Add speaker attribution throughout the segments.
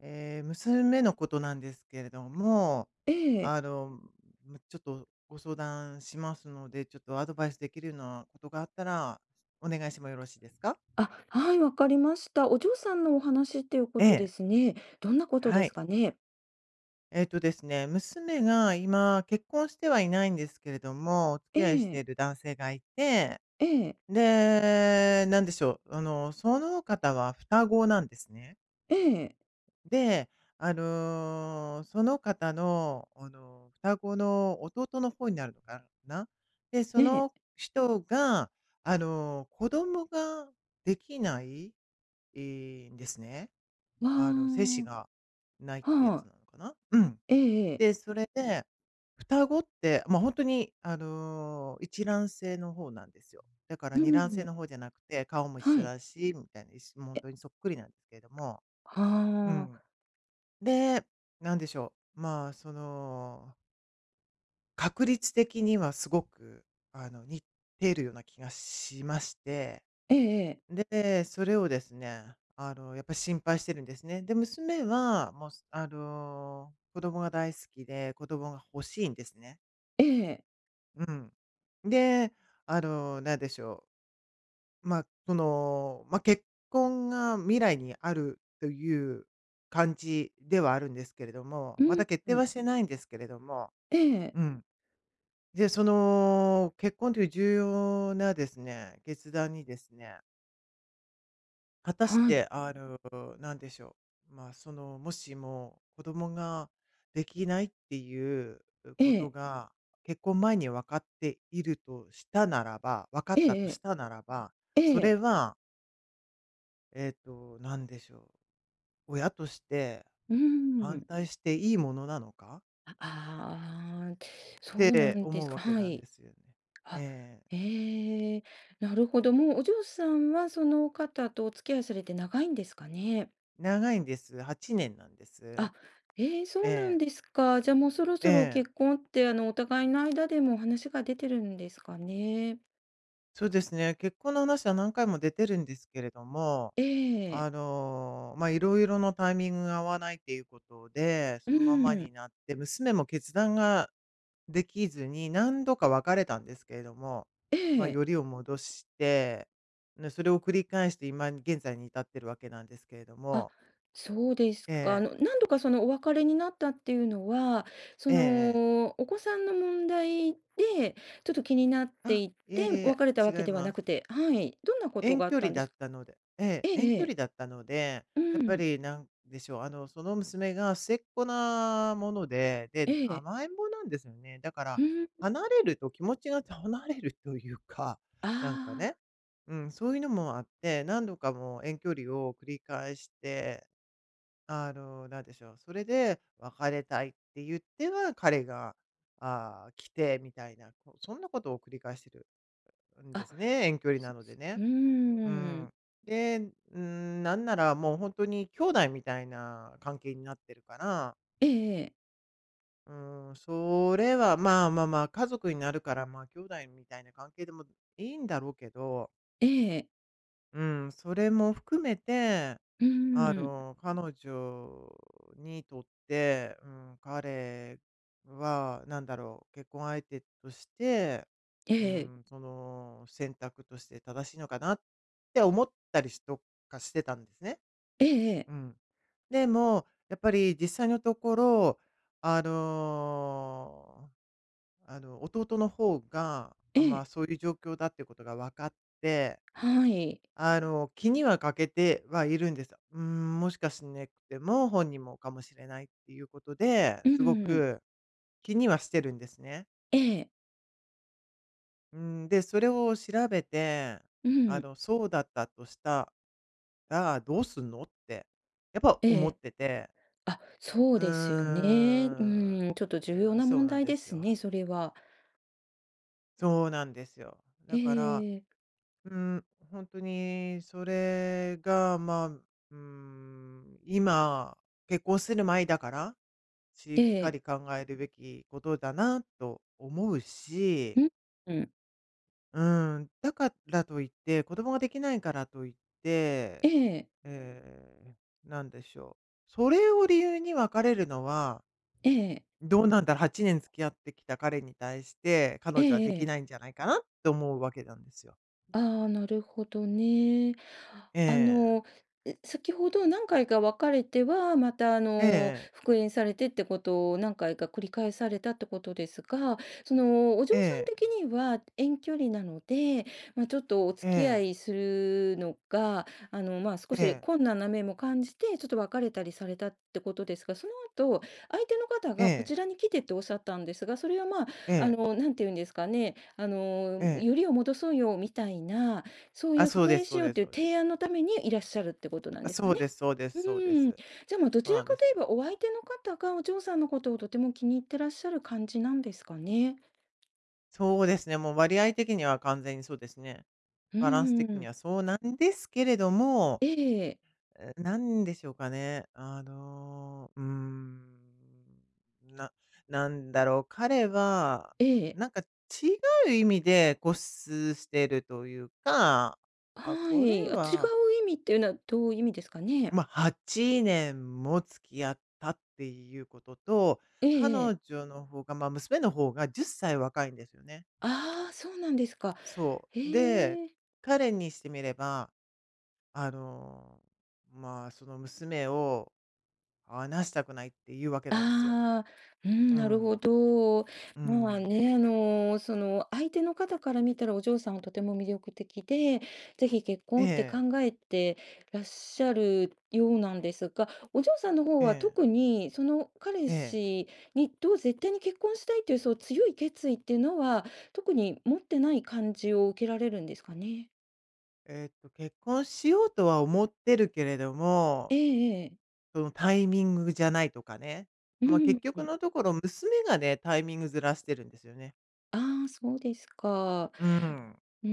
Speaker 1: ええ、娘のことなんですけれども、
Speaker 2: ええ。
Speaker 1: あの、むちょっとご相談しますので、ちょっとアドバイスできるようなことがあったら、お願いしてもよろしいですか？
Speaker 2: あ、はい、わかりました。お嬢さんのお話っていうこ
Speaker 1: え
Speaker 2: とで
Speaker 1: え、
Speaker 2: すね。どんなこと
Speaker 1: は
Speaker 2: です
Speaker 1: い。
Speaker 2: かね？
Speaker 1: えっとですね、娘が今結婚してはいないんですけれども、お付
Speaker 2: え
Speaker 1: き合いして
Speaker 2: え、
Speaker 1: いる男性がいて、
Speaker 2: ええ、
Speaker 1: で、なんでしょう、その方は双子なんですね。
Speaker 2: ええ、
Speaker 1: で、その方の、双子の弟の方になるのかな。で、そ
Speaker 2: ね
Speaker 1: の
Speaker 2: え。
Speaker 1: 人が、子供ができない、んですね。あの、精
Speaker 2: わ
Speaker 1: 子がないっ
Speaker 2: あ、
Speaker 1: てや
Speaker 2: は
Speaker 1: つ
Speaker 2: い。
Speaker 1: なのかな。うん。
Speaker 2: ええええ。
Speaker 1: で、それで、双子って、ま、あ本当に、一卵性の方なんですよ。だから
Speaker 2: う
Speaker 1: 二卵性
Speaker 2: ん、
Speaker 1: の方じゃなくて、顔も一
Speaker 2: は
Speaker 1: 緒
Speaker 2: い。
Speaker 1: だしみたいな、いしもう本
Speaker 2: え、
Speaker 1: 当にそっくりなんですけれども。
Speaker 2: は
Speaker 1: うん。
Speaker 2: あ。
Speaker 1: で、なんでしょう、まあ、その、確率的にはすごく、似ているような気がしまして、
Speaker 2: ええ
Speaker 1: で、それをですね、やっぱり心配してるんですね。で、娘は、もう、子供が大好きで、子供が欲しいんですね。
Speaker 2: ええ、ええ。
Speaker 1: うん。で、なんでしょう、まあ、その、まあ、結婚が未来にあるという感じではあるんですけれども、
Speaker 2: う
Speaker 1: まだ決定
Speaker 2: ん、
Speaker 1: はしてないんですけれども
Speaker 2: ええ、
Speaker 1: うん。で、その、結婚という重要なですね、決断にですね、果たし
Speaker 2: はい。
Speaker 1: て、なんでしょう、まあ、その、もしも子供ができないっていう
Speaker 2: え
Speaker 1: こと
Speaker 2: え、
Speaker 1: が、結婚前に分かっているとしたならば、
Speaker 2: ええええ、えうんええはいえええ
Speaker 1: 分かったとした
Speaker 2: え
Speaker 1: ならば、それ
Speaker 2: ええ
Speaker 1: は、えっと、なんでしょう、親として
Speaker 2: うー
Speaker 1: 反
Speaker 2: ん。
Speaker 1: 対していいものなのか
Speaker 2: ああ、
Speaker 1: っ
Speaker 2: そうな
Speaker 1: て
Speaker 2: んで
Speaker 1: 思
Speaker 2: す
Speaker 1: うわ
Speaker 2: か。
Speaker 1: け
Speaker 2: は
Speaker 1: なんで
Speaker 2: い。
Speaker 1: すよね。
Speaker 2: あ、
Speaker 1: ええ、
Speaker 2: ええ、なるほど。もうお嬢さんはその方とお付き合いされて長いんですかね？
Speaker 1: 長いんです。8年なんです。
Speaker 2: あ、ええ、そうな
Speaker 1: え
Speaker 2: ん
Speaker 1: え、
Speaker 2: ですか。じゃあもうそろ
Speaker 1: え
Speaker 2: そろ
Speaker 1: え。
Speaker 2: 結婚って、お互いの間でも話が出てるんですかね？
Speaker 1: そうですね、結婚の話は何回も出てるんですけれども、
Speaker 2: ええ、
Speaker 1: まあ、いろいろのタイミングが合わないっていうことで、
Speaker 2: う
Speaker 1: そのままに
Speaker 2: ん、
Speaker 1: なって、娘も決断ができずに何度か別れたんですけれども、
Speaker 2: え
Speaker 1: まあ、
Speaker 2: え。
Speaker 1: よりを戻して、ね、それを繰り返して今現在に至ってるわけなんですけれど
Speaker 2: あ、
Speaker 1: も。
Speaker 2: そうです
Speaker 1: え
Speaker 2: か。
Speaker 1: え、
Speaker 2: 何度かそのお別れになったっていうのは、そ
Speaker 1: ええええ。
Speaker 2: の、お子さんの問題で、ちょっと気になって
Speaker 1: あ、
Speaker 2: い
Speaker 1: いえ
Speaker 2: て、
Speaker 1: いえ、
Speaker 2: 別れたわ
Speaker 1: 違
Speaker 2: け
Speaker 1: い
Speaker 2: ではな
Speaker 1: ます。
Speaker 2: くてはい、どんなこと
Speaker 1: 遠
Speaker 2: があっ
Speaker 1: 距
Speaker 2: た
Speaker 1: 離
Speaker 2: んで
Speaker 1: だ
Speaker 2: す
Speaker 1: っ
Speaker 2: か
Speaker 1: たので、え
Speaker 2: え
Speaker 1: え、
Speaker 2: え
Speaker 1: 遠
Speaker 2: え
Speaker 1: 距離
Speaker 2: え。
Speaker 1: だったので、
Speaker 2: う
Speaker 1: やっぱ
Speaker 2: ん、
Speaker 1: りなんでしょう、その娘が末っ子なもので、で、
Speaker 2: ええ、
Speaker 1: 甘えん坊なんですよね。だか
Speaker 2: ふ
Speaker 1: ら、
Speaker 2: ん、
Speaker 1: 離れると気持ちが離れるというか、なんか
Speaker 2: あ
Speaker 1: ね、うん、そういうのもあって、何度かもう遠距離を繰り返して、なんでしょう、それで別れたいって言っては、彼が、あー来てみたいな、こうそんなことを繰り返してるん
Speaker 2: あ、
Speaker 1: で
Speaker 2: あ、
Speaker 1: すね、遠距離
Speaker 2: す
Speaker 1: なので
Speaker 2: すう
Speaker 1: ね。う
Speaker 2: ーん、
Speaker 1: ん。で、うん、なんならもう本当に兄弟みたいな関係になってるから、
Speaker 2: ええ
Speaker 1: うん、それは、まあまあまあ、家族になるから、まあ、兄弟みたいな関係でもいいんだろうけど、
Speaker 2: ええ、ええ、
Speaker 1: うん、それも含めて、
Speaker 2: うーん、
Speaker 1: 彼女にとって、うん、彼はなんだろう、結婚相手として、
Speaker 2: え
Speaker 1: う
Speaker 2: え、
Speaker 1: ん、その選択として正しいのかなって思ったりしとかしてたんですね。
Speaker 2: ええええ、
Speaker 1: うん。でも、やっぱり実際のところ、あの弟の方が、
Speaker 2: え
Speaker 1: あ、まあ、
Speaker 2: え、
Speaker 1: そういう状況だっていうことが分かって、
Speaker 2: はい、
Speaker 1: 気には欠けてはいるんです。うん、もしかしなくても本人もかもしれないっていうことで、
Speaker 2: う
Speaker 1: すご
Speaker 2: ん、
Speaker 1: く気にはしてるんですね。
Speaker 2: ええ、
Speaker 1: うん、で、それを調べて、
Speaker 2: うん、
Speaker 1: そうだったとしたらどうすんのって、やっぱ
Speaker 2: え
Speaker 1: 思っ
Speaker 2: え、
Speaker 1: てて。
Speaker 2: あ、そう
Speaker 1: う
Speaker 2: ですよね。う
Speaker 1: ーん。
Speaker 2: ーん、ちょっと重要
Speaker 1: うん、
Speaker 2: な
Speaker 1: そう
Speaker 2: 問
Speaker 1: なん
Speaker 2: 題
Speaker 1: で
Speaker 2: で
Speaker 1: す
Speaker 2: す
Speaker 1: よ。
Speaker 2: ね、それは。
Speaker 1: そうなんですよ。だ
Speaker 2: え
Speaker 1: から、
Speaker 2: え、
Speaker 1: うん、本当にそれが、まあ、うん、今、結婚する前だから、し
Speaker 2: え
Speaker 1: っか
Speaker 2: え、
Speaker 1: り考えるべきことだなと思う
Speaker 2: う
Speaker 1: し、
Speaker 2: ん、うん、
Speaker 1: うん、だからといって、子供ができないからといって、
Speaker 2: ええ、
Speaker 1: ええ、なんでしょう。それを理由に別れるのは
Speaker 2: ええ、
Speaker 1: どうなんだろう、8年付き合ってきた彼に対して、
Speaker 2: え
Speaker 1: 彼女は
Speaker 2: え
Speaker 1: で
Speaker 2: え
Speaker 1: き
Speaker 2: え。
Speaker 1: ないんじゃないかなって思うわけなんですよ。
Speaker 2: ああ、なるほどね。あの、
Speaker 1: え
Speaker 2: 先ほど何回か別れては、また
Speaker 1: ええ、
Speaker 2: 復縁されてってことを何回か繰り返されたってことですが、その、お嬢さん
Speaker 1: え
Speaker 2: 的
Speaker 1: え、
Speaker 2: には遠距離なので、まあ、ちょっとお
Speaker 1: え
Speaker 2: 付き合
Speaker 1: え、
Speaker 2: いするのが、少
Speaker 1: え
Speaker 2: し
Speaker 1: え、
Speaker 2: 困難な面も感じて、ちょっと別れたりされたってことですが、その後、相手の方
Speaker 1: え
Speaker 2: がこ
Speaker 1: え、
Speaker 2: ちらに来てっておっしゃったんですが、それは、
Speaker 1: ええ、
Speaker 2: なんて言うんですかね、
Speaker 1: ええ。
Speaker 2: よりを戻そうよみたいな、そうい
Speaker 1: あ、
Speaker 2: う
Speaker 1: そう
Speaker 2: 復
Speaker 1: で
Speaker 2: 縁
Speaker 1: すそ
Speaker 2: し
Speaker 1: う
Speaker 2: よう
Speaker 1: で
Speaker 2: っ
Speaker 1: す
Speaker 2: てい
Speaker 1: そ
Speaker 2: う
Speaker 1: うです。
Speaker 2: 提案のためにいらっしゃるってことなん
Speaker 1: あ、
Speaker 2: です
Speaker 1: そ
Speaker 2: か
Speaker 1: う
Speaker 2: ね。
Speaker 1: ですそうで
Speaker 2: う
Speaker 1: すそうで
Speaker 2: ー
Speaker 1: す。
Speaker 2: ん。じゃあ、まあ、ど
Speaker 1: そう
Speaker 2: ちら
Speaker 1: なんで
Speaker 2: かと
Speaker 1: す
Speaker 2: いえ
Speaker 1: よ。
Speaker 2: ばお相手の方がお嬢さんのことをとても気に入ってらっしゃる感じなんですかね。
Speaker 1: そうですね、もう割合的には完全にそうですね。
Speaker 2: う
Speaker 1: バランス
Speaker 2: ー
Speaker 1: 的に
Speaker 2: ん。
Speaker 1: はそうなんですけれども
Speaker 2: ええ、
Speaker 1: え、なんでしょうかね。うーん、ななんだろう、彼は、
Speaker 2: ええ。
Speaker 1: なんか違う意味で固執してるというか、あ、
Speaker 2: は
Speaker 1: これ
Speaker 2: い。あ、違う
Speaker 1: は、
Speaker 2: 意味っていうのはどういう意味ですかね？
Speaker 1: まあ、8年も付き合ったっていうことと、
Speaker 2: え
Speaker 1: 彼
Speaker 2: ええ。
Speaker 1: 女の方が、まあ、娘の方が10歳若いんですよね。
Speaker 2: ああ、そうなんですか。
Speaker 1: そう。で、
Speaker 2: へえ。
Speaker 1: 彼にしてみれば、あのまあ、その娘を話したくないっていうわけなんですよ。
Speaker 2: ああ、うん、
Speaker 1: う
Speaker 2: なるほ
Speaker 1: ん。
Speaker 2: ど。
Speaker 1: う
Speaker 2: まあ
Speaker 1: ん。
Speaker 2: ね、相手の方から見たらお嬢さんはとても魅力的で、ぜひ結
Speaker 1: え
Speaker 2: 婚って考
Speaker 1: え、
Speaker 2: えてらっしゃるようなんですが、お嬢さんの方
Speaker 1: え
Speaker 2: は
Speaker 1: え、
Speaker 2: 特にその彼
Speaker 1: ええ。
Speaker 2: 氏にと絶対に結婚したいというそう強い決意っていうのは、特に持ってない感じを受けられるんですかね？
Speaker 1: えーっと、結婚しようとは思ってるけれども、
Speaker 2: ええええ。
Speaker 1: そのタイミングじゃないとかね。
Speaker 2: う
Speaker 1: ま、結
Speaker 2: ん。
Speaker 1: 局のところ、娘がね、タイミングずらしてるんですよね。
Speaker 2: ああ、そうですか。
Speaker 1: うん。
Speaker 2: うー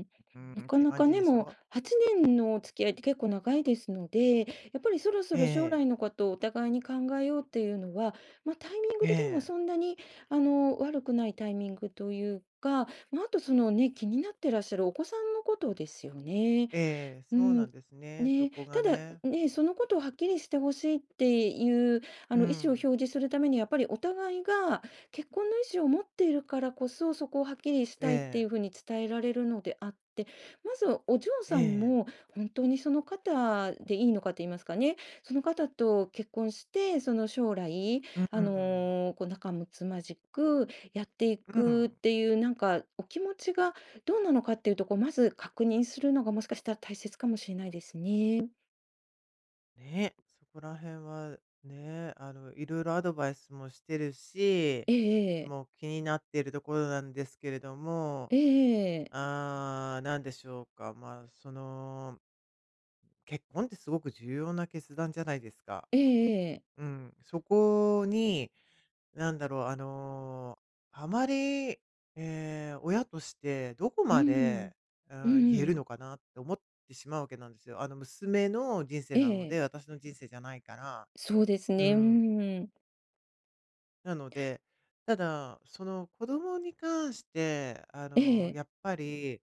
Speaker 2: ん、
Speaker 1: うん、
Speaker 2: な
Speaker 1: っ
Speaker 2: か
Speaker 1: て
Speaker 2: な
Speaker 1: 感
Speaker 2: か
Speaker 1: じ
Speaker 2: ね、
Speaker 1: でし
Speaker 2: もう
Speaker 1: ょ。
Speaker 2: 8年のお付き合いって結構長いですので、やっぱりそろそ
Speaker 1: え
Speaker 2: ろ将
Speaker 1: え、
Speaker 2: 来のことをお互いに考えようっていうのは、まあ、タイミング
Speaker 1: え
Speaker 2: 的にも
Speaker 1: え、
Speaker 2: そんなに、悪くないタイミングというか、まあ、あとそのね、気になってらっしゃるお子さんのことですよね。
Speaker 1: ええ、
Speaker 2: う
Speaker 1: そうな
Speaker 2: ん、
Speaker 1: んですね、そ
Speaker 2: ね、
Speaker 1: こが
Speaker 2: ただ、
Speaker 1: ね。
Speaker 2: ね、そのことをはっきりしてほしいっていう、
Speaker 1: う
Speaker 2: 意思を表
Speaker 1: ん。
Speaker 2: 示するために、やっぱりお互いが結婚の意思を持っているからこそ、そこをはっきりし
Speaker 1: え
Speaker 2: たいってい
Speaker 1: え、
Speaker 2: うふうに伝えられるのであって、まずお嬢
Speaker 1: え
Speaker 2: さん
Speaker 1: え。
Speaker 2: も本当にその方でいいのかと言いますかね、その方と結婚して、その将来、
Speaker 1: うん。
Speaker 2: こう仲睦まじくやってい
Speaker 1: う
Speaker 2: くっ
Speaker 1: ん。
Speaker 2: ていう、なんかお気持ちがどうなのかっていうとこ、まず確認するのがもしかしたら大切かもしれないですね。
Speaker 1: ね、そこら辺はね、いろいろアドバイスもしてるし、
Speaker 2: えええ
Speaker 1: も
Speaker 2: え。
Speaker 1: う気になっているところなんですけれども、
Speaker 2: ええええ。
Speaker 1: ああ、なんでしょうか。まあ、その、結婚ってすごく重要な決断じゃないですか。うん。そこに、なんだろう、あまり、えー親としてどこ
Speaker 2: う
Speaker 1: ま
Speaker 2: ん。
Speaker 1: で、う
Speaker 2: う
Speaker 1: ん、言える
Speaker 2: ん。
Speaker 1: のかなって思ってしまうわけなんですよ。あの、娘の人生
Speaker 2: え
Speaker 1: なの
Speaker 2: え。
Speaker 1: で、私の人生じゃないから。
Speaker 2: そうです
Speaker 1: う
Speaker 2: ね、う
Speaker 1: ん。
Speaker 2: ん。
Speaker 1: なので、ただ、その子供に関して、
Speaker 2: ええ。
Speaker 1: やっぱり、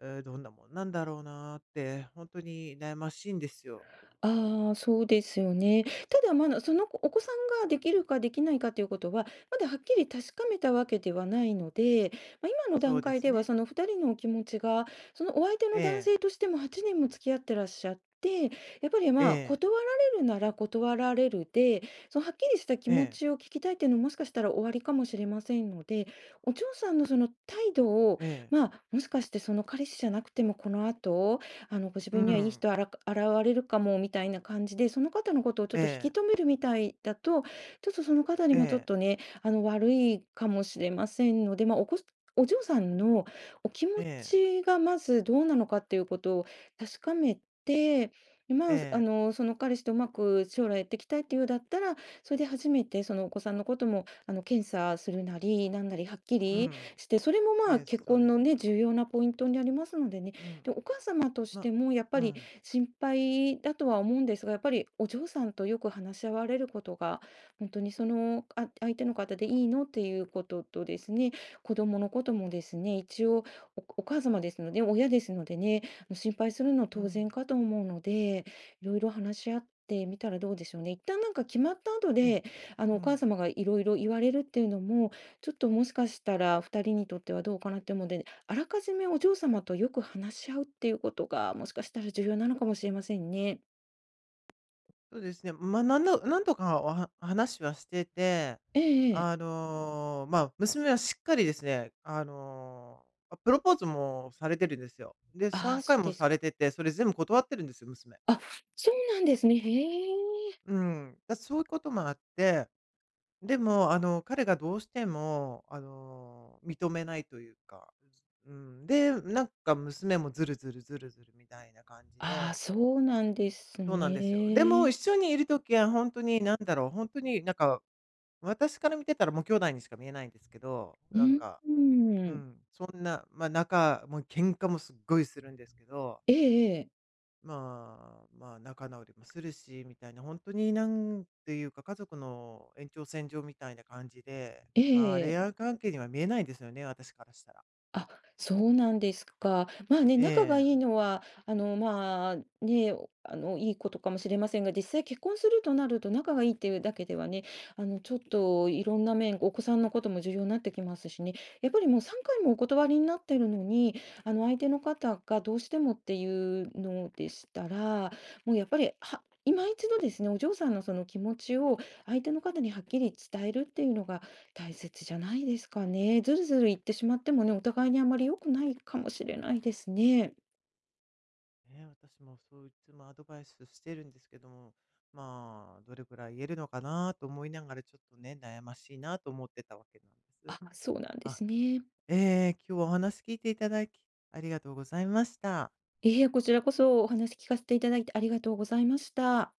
Speaker 1: えーどんなもんなんだろうなって、本当に悩ましいんですよ。
Speaker 2: ああ、そうですよね。ただ、まだ、その子お子さんができるかできないかということは、まだはっきり確かめたわけではないので、まあ、今の
Speaker 1: そ
Speaker 2: 段
Speaker 1: うで
Speaker 2: 階
Speaker 1: す
Speaker 2: では
Speaker 1: ね。
Speaker 2: その2人のお気持ちが、そのお相手
Speaker 1: え
Speaker 2: の男
Speaker 1: え、
Speaker 2: 性としても8年も付き合ってらっしゃって、やっぱり、
Speaker 1: え
Speaker 2: まあ、
Speaker 1: え、
Speaker 2: 断られるなら断られるで、そのはっきりした気
Speaker 1: え
Speaker 2: 持
Speaker 1: え、
Speaker 2: ちを聞きたいっていうのももしかしたら終わりかもしれませんので、お嬢さんのその態度を、
Speaker 1: ええ、
Speaker 2: まあ、もしかしてその彼氏じゃなくてもこの後ご自
Speaker 1: う
Speaker 2: 分にはいい
Speaker 1: ん、
Speaker 2: 人あら現れるかもみたいな感じで、その方のことをちょっ
Speaker 1: え
Speaker 2: と引き
Speaker 1: え、
Speaker 2: 止めるみたいだと、ちょっとその方に
Speaker 1: え
Speaker 2: もちょっ
Speaker 1: え、
Speaker 2: とね、悪いかもしれませんので、まあ、おこお嬢さんのお気持
Speaker 1: ええ、
Speaker 2: ちがまずどうなのかっていうことを確かめて、で、
Speaker 1: え
Speaker 2: まあ、
Speaker 1: え、
Speaker 2: その彼氏とうまく将来やっていきたいっていうだったら、それで初めてそのお子さんのことも、検査するなり、なんなりはっき
Speaker 1: う
Speaker 2: り
Speaker 1: ん、
Speaker 2: して、それも、
Speaker 1: え
Speaker 2: まあ、
Speaker 1: え、
Speaker 2: 結
Speaker 1: そう
Speaker 2: 婚
Speaker 1: で
Speaker 2: の
Speaker 1: すね。
Speaker 2: ね、重要なポイントになりますのでね
Speaker 1: うん、
Speaker 2: で、お母様とし
Speaker 1: ま、
Speaker 2: てもやっぱ
Speaker 1: う
Speaker 2: り
Speaker 1: ん、
Speaker 2: 心配だとは思うんですが、やっぱりお嬢さんとよく話し合われることが、本当にその、あ相手の方でいいのっていうこととですね、子供のこともですね、一応おお母様ですので、親ですのでね、心配するのは
Speaker 1: う
Speaker 2: 当
Speaker 1: ん、
Speaker 2: 然かと思うので、いろいろ話し合ってみたらどうでしょうね。一旦なんか決まった後
Speaker 1: ええ、
Speaker 2: で、
Speaker 1: う
Speaker 2: お母
Speaker 1: ん。
Speaker 2: 様がいろいろ言われるっていうのも、ちょっともしかしたら2人にとってはどうかなって思うのであらかじめお嬢様とよく話し合うっていうことが、もしかしたら重要なのかもしれませんね。
Speaker 1: そうですね。まあ、なんどなんとかは話はしてて、
Speaker 2: ええええ。
Speaker 1: まあ、娘はしっかりですね、あの、あ、プロポーズもされてるんですよ。で、
Speaker 2: ああ、
Speaker 1: 3
Speaker 2: そ
Speaker 1: 回
Speaker 2: う
Speaker 1: も
Speaker 2: です
Speaker 1: さ
Speaker 2: か。
Speaker 1: れてて、それ全部断ってるんですよ、娘。
Speaker 2: あ、そうなんですね。へえ。
Speaker 1: うん。だ、そういうこともあって、でも、彼がどうしても、認めないというか、うん、で、なんか娘もずるずるずるずるみたいな感じ
Speaker 2: ああ、
Speaker 1: で、
Speaker 2: そうなんです
Speaker 1: そうなんですよ。でも一
Speaker 2: ね。
Speaker 1: 緒にいる時は本当に、なんだろう、本当になんか私から見てたらもう兄弟にしか見えないんですけど、
Speaker 2: う
Speaker 1: なん
Speaker 2: ん。
Speaker 1: か、
Speaker 2: う
Speaker 1: う
Speaker 2: ん。
Speaker 1: ん、そんな、ま、あ仲もう喧嘩もすっごいするんですけど、
Speaker 2: ええ。
Speaker 1: まあ、まあ、仲直りもするしみたいな、本当になんていうか、家族の延長線上みたいな感じで、
Speaker 2: え
Speaker 1: ま
Speaker 2: え
Speaker 1: あ、
Speaker 2: え
Speaker 1: 恋
Speaker 2: え。
Speaker 1: 愛関係には見えないんですよね、私からしたら。
Speaker 2: あ、そうなんですか。まあね、
Speaker 1: え
Speaker 2: 仲がいい
Speaker 1: え。
Speaker 2: のは、まあね、おあの、いいことかもしれませんが、実際結婚するとなると仲がいいっていうだけではね、ちょっといろんな面、お子さんのことも重要になってきますしね、やっぱりもう3回もお断りになってるのに、相手の方がどうしてもっていうのでしたら、もうやっぱり、は、今一度ですね、お嬢さんのその気持ちを相手の方にはっきり伝えるっていうのが大切じゃないですかね。ずるずる言ってしまってもね、お互いにあまり良くないかもしれないですね。
Speaker 1: ね、私もそういつもアドバイスしてるんですけども、まあ、どれぐらい言えるのかなと思いながら、ちょっとね、悩ましいなと思ってたわけなんです。
Speaker 2: あ、そうなんで
Speaker 1: あ、
Speaker 2: すね。
Speaker 1: えー今日はお話聞いていただき、ありがとうございました。
Speaker 2: いえ、こちらこそお話聞かせていただいてありがとうございました。